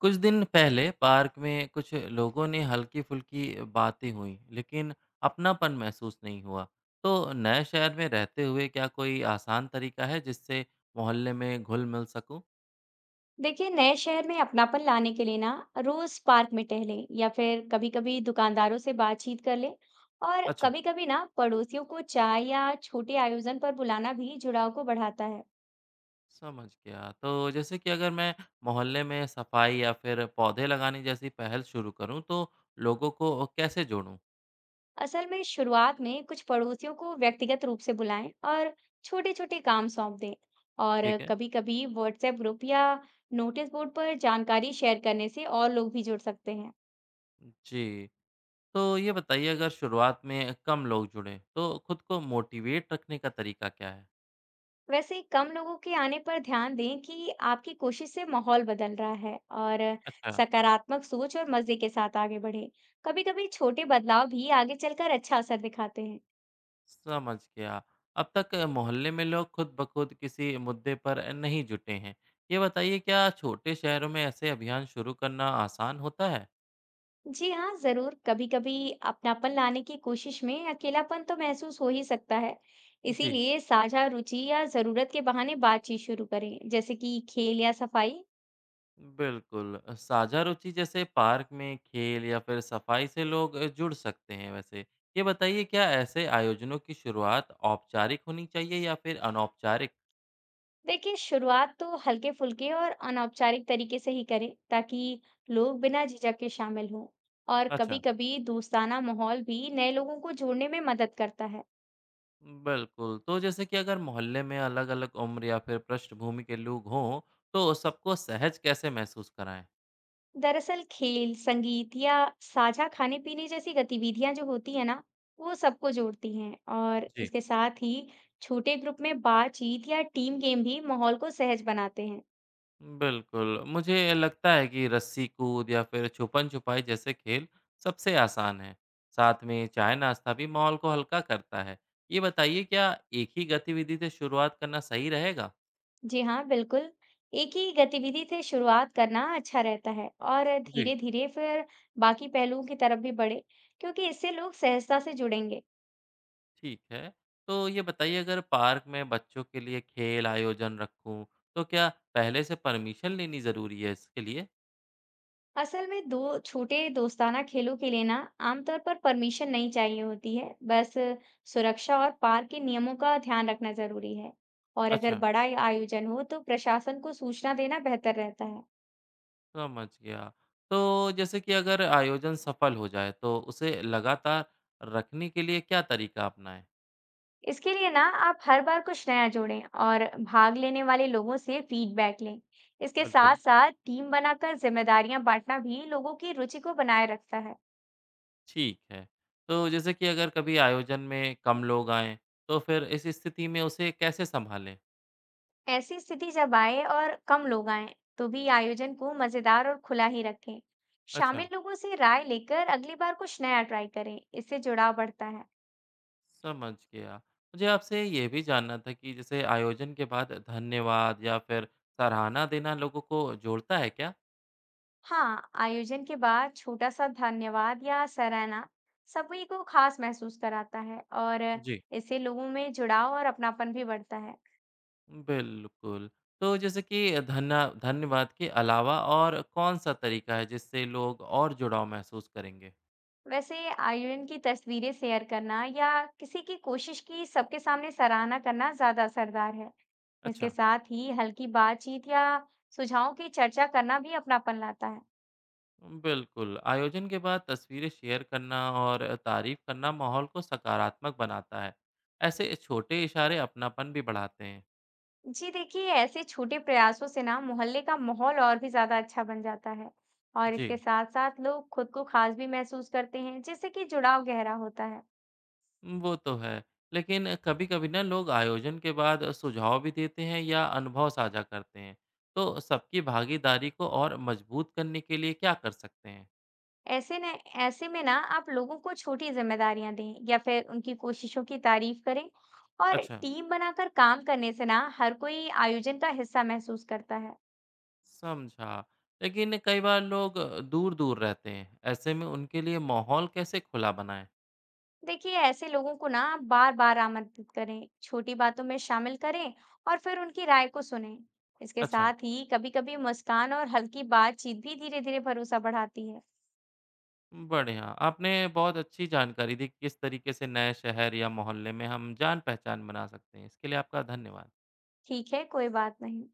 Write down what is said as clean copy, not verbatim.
कुछ दिन पहले पार्क में कुछ लोगों ने हल्की फुल्की बातें हुई लेकिन अपनापन महसूस नहीं हुआ। तो नए शहर में रहते हुए क्या कोई आसान तरीका है जिससे मोहल्ले में घुल मिल सकूं? देखिए, नए शहर में अपनापन लाने के लिए ना रोज पार्क में टहलें या फिर कभी-कभी दुकानदारों से बातचीत कर लें। और अच्छा, कभी-कभी ना पड़ोसियों को चाय या छोटे आयोजन पर बुलाना भी जुड़ाव को बढ़ाता है। समझ गया। तो जैसे कि अगर मैं मोहल्ले में सफाई या फिर पौधे लगाने जैसी पहल शुरू करूं तो लोगों को कैसे जोड़ूं? असल में शुरुआत में कुछ पड़ोसियों को व्यक्तिगत रूप से बुलाएं और छोटे-छोटे काम सौंप दें। और ठीक है। कभी-कभी व्हाट्सएप ग्रुप या नोटिस बोर्ड पर जानकारी शेयर करने से और लोग भी जुड़ सकते हैं। जी, तो ये बताइए अगर शुरुआत में कम लोग जुड़े तो खुद को मोटिवेट रखने का तरीका क्या है? वैसे कम लोगों के आने पर ध्यान दें कि आपकी कोशिश से माहौल बदल रहा है। और अच्छा। सकारात्मक सोच और मजे के साथ आगे बढ़े। कभी-कभी छोटे बदलाव भी आगे चलकर अच्छा असर दिखाते हैं। समझ गया। अब तक मोहल्ले में लोग खुद ब खुद किसी मुद्दे पर नहीं जुटे हैं। ये बताइए क्या छोटे शहरों में ऐसे अभियान शुरू करना आसान होता है? जी हाँ, जरूर। कभी-कभी अपनापन लाने की कोशिश में अकेलापन तो महसूस हो ही सकता है। जी, इसीलिए साझा रुचि या जरूरत के बहाने बातचीत शुरू करें, जैसे कि खेल या सफाई। बिल्कुल। साझा रुचि जैसे पार्क में खेल या फिर सफाई से लोग जुड़ सकते हैं वैसे। ये बताइए क्या ऐसे आयोजनों की शुरुआत औपचारिक होनी चाहिए या फिर अनौपचारिक? देखिए, शुरुआत तो हल्के फुल्के और अनौपचारिक तरीके से ही करें ताकि लोग बिना झिझक के शामिल हों। और कभी अच्छा, कभी दोस्ताना माहौल भी नए लोगों को जोड़ने में मदद करता है। बिल्कुल। तो जैसे कि अगर मोहल्ले में अलग-अलग उम्र या फिर पृष्ठभूमि के लोग हों, तो सबको सहज कैसे महसूस कराएं? दरअसल खेल, संगीत या साझा खाने पीने जैसी गतिविधियां जो होती है ना, वो सबको जोड़ती हैं। और जी, इसके साथ ही छोटे ग्रुप में बातचीत या टीम गेम भी माहौल को सहज बनाते हैं। बिल्कुल। मुझे लगता है कि रस्सी कूद या फिर छुपन-छुपाई जैसे खेल सबसे आसान हैं। साथ में चाय-नाश्ता भी माहौल को हल्का करता है। ये बताइए क्या एक ही गतिविधि से शुरुआत करना सही रहेगा? जी हाँ, बिल्कुल। एक ही गतिविधि से शुरुआत करना अच्छा रहता है और जी। धीरे-धीरे फिर बाकी पहलुओं की तरफ भी बढ़े, क्योंकि इससे लोग सहजता से जुड़ेंगे। ठीक है। तो ये बताइए अगर पार्क में बच्चों के लिए खेल आयोजन रखूँ, तो क्या पहले से परमिशन लेनी ज़रूरी है इसके लिए? असल में दो छोटे दोस्ताना खेलों के लिए ना आमतौर पर परमिशन नहीं चाहिए होती है। बस सुरक्षा और पार्क के नियमों का ध्यान रखना ज़रूरी है। और अगर अच्छा। बड़ा आयोजन हो तो प्रशासन को सूचना देना बेहतर रहता है। समझ गया। तो जैसे कि अगर आयोजन सफल हो जाए तो उसे लगातार रखने के लिए क्या तरीका अपनाएँ? इसके लिए ना आप हर बार कुछ नया जोड़ें और भाग लेने वाले लोगों से फीडबैक लें। इसके बिल्कुल, साथ साथ टीम बनाकर जिम्मेदारियां बांटना भी लोगों की रुचि को बनाए रखता है। ठीक है। तो जैसे कि अगर कभी आयोजन में कम लोग आएँ तो फिर इस स्थिति में उसे कैसे सँभालें? ऐसी स्थिति जब आए और कम लोग आए, तो भी आयोजन को मजेदार और खुला ही रखें। अच्छा, शामिल लोगों से राय लेकर अगली बार कुछ नया ट्राई करें। इससे जुड़ाव बढ़ता है। समझ गया। मुझे आपसे ये भी जानना था कि जैसे आयोजन के बाद धन्यवाद या फिर सराहना देना लोगों को जोड़ता है क्या? हाँ, आयोजन के बाद छोटा सा धन्यवाद या सराहना सभी को खास महसूस कराता है और जी। इससे लोगों में जुड़ाव और अपनापन भी बढ़ता है। बिल्कुल। तो जैसे कि धन्यवाद के अलावा और कौन-सा तरीका है जिससे लोग और जुड़ाव महसूस करेंगे? वैसे आयरन की तस्वीरें शेयर करना या किसी की कोशिश की सबके सामने सराहना करना ज्यादा असरदार है। इसके अच्छा, साथ ही हल्की बातचीत या सुझावों की चर्चा करना भी अपनापन लाता है। बिल्कुल। आयोजन के बाद तस्वीरें शेयर करना और तारीफ़ करना माहौल को सकारात्मक बनाता है। ऐसे छोटे इशारे अपनापन भी बढ़ाते हैं। जी, देखिए, ऐसे छोटे प्रयासों से ना मोहल्ले का माहौल और भी ज्यादा अच्छा बन जाता है। और इसके जी, साथ साथ लोग खुद को खास भी महसूस करते हैं, जिससे कि जुड़ाव गहरा होता है। वो तो है। लेकिन कभी-कभी ना लोग आयोजन के बाद सुझाव भी देते हैं या अनुभव साझा करते हैं। तो सबकी भागीदारी को और मजबूत करने के लिए क्या कर सकते हैं? ऐसे ने ऐसे में ना आप लोगों को छोटी जिम्मेदारियां दें या फिर उनकी कोशिशों की तारीफ करें। और अच्छा। टीम बनाकर काम करने से ना हर कोई आयोजन का हिस्सा महसूस करता है। समझा। लेकिन कई बार लोग दूर-दूर रहते हैं, ऐसे में उनके लिए माहौल कैसे खुला बनाएँ? देखिए, ऐसे लोगों को ना बार बार आमंत्रित करें, छोटी बातों में शामिल करें और फिर उनकी राय को सुनें। इसके अच्छा, साथ ही कभी कभी मुस्कान और हल्की बातचीत भी धीरे धीरे भरोसा बढ़ाती है। बढ़िया। आपने बहुत अच्छी जानकारी दी कि किस तरीके से नए शहर या मोहल्ले में हम जान-पहचान बना सकते हैं। इसके लिए आपका धन्यवाद। ठीक है, कोई बात नहीं।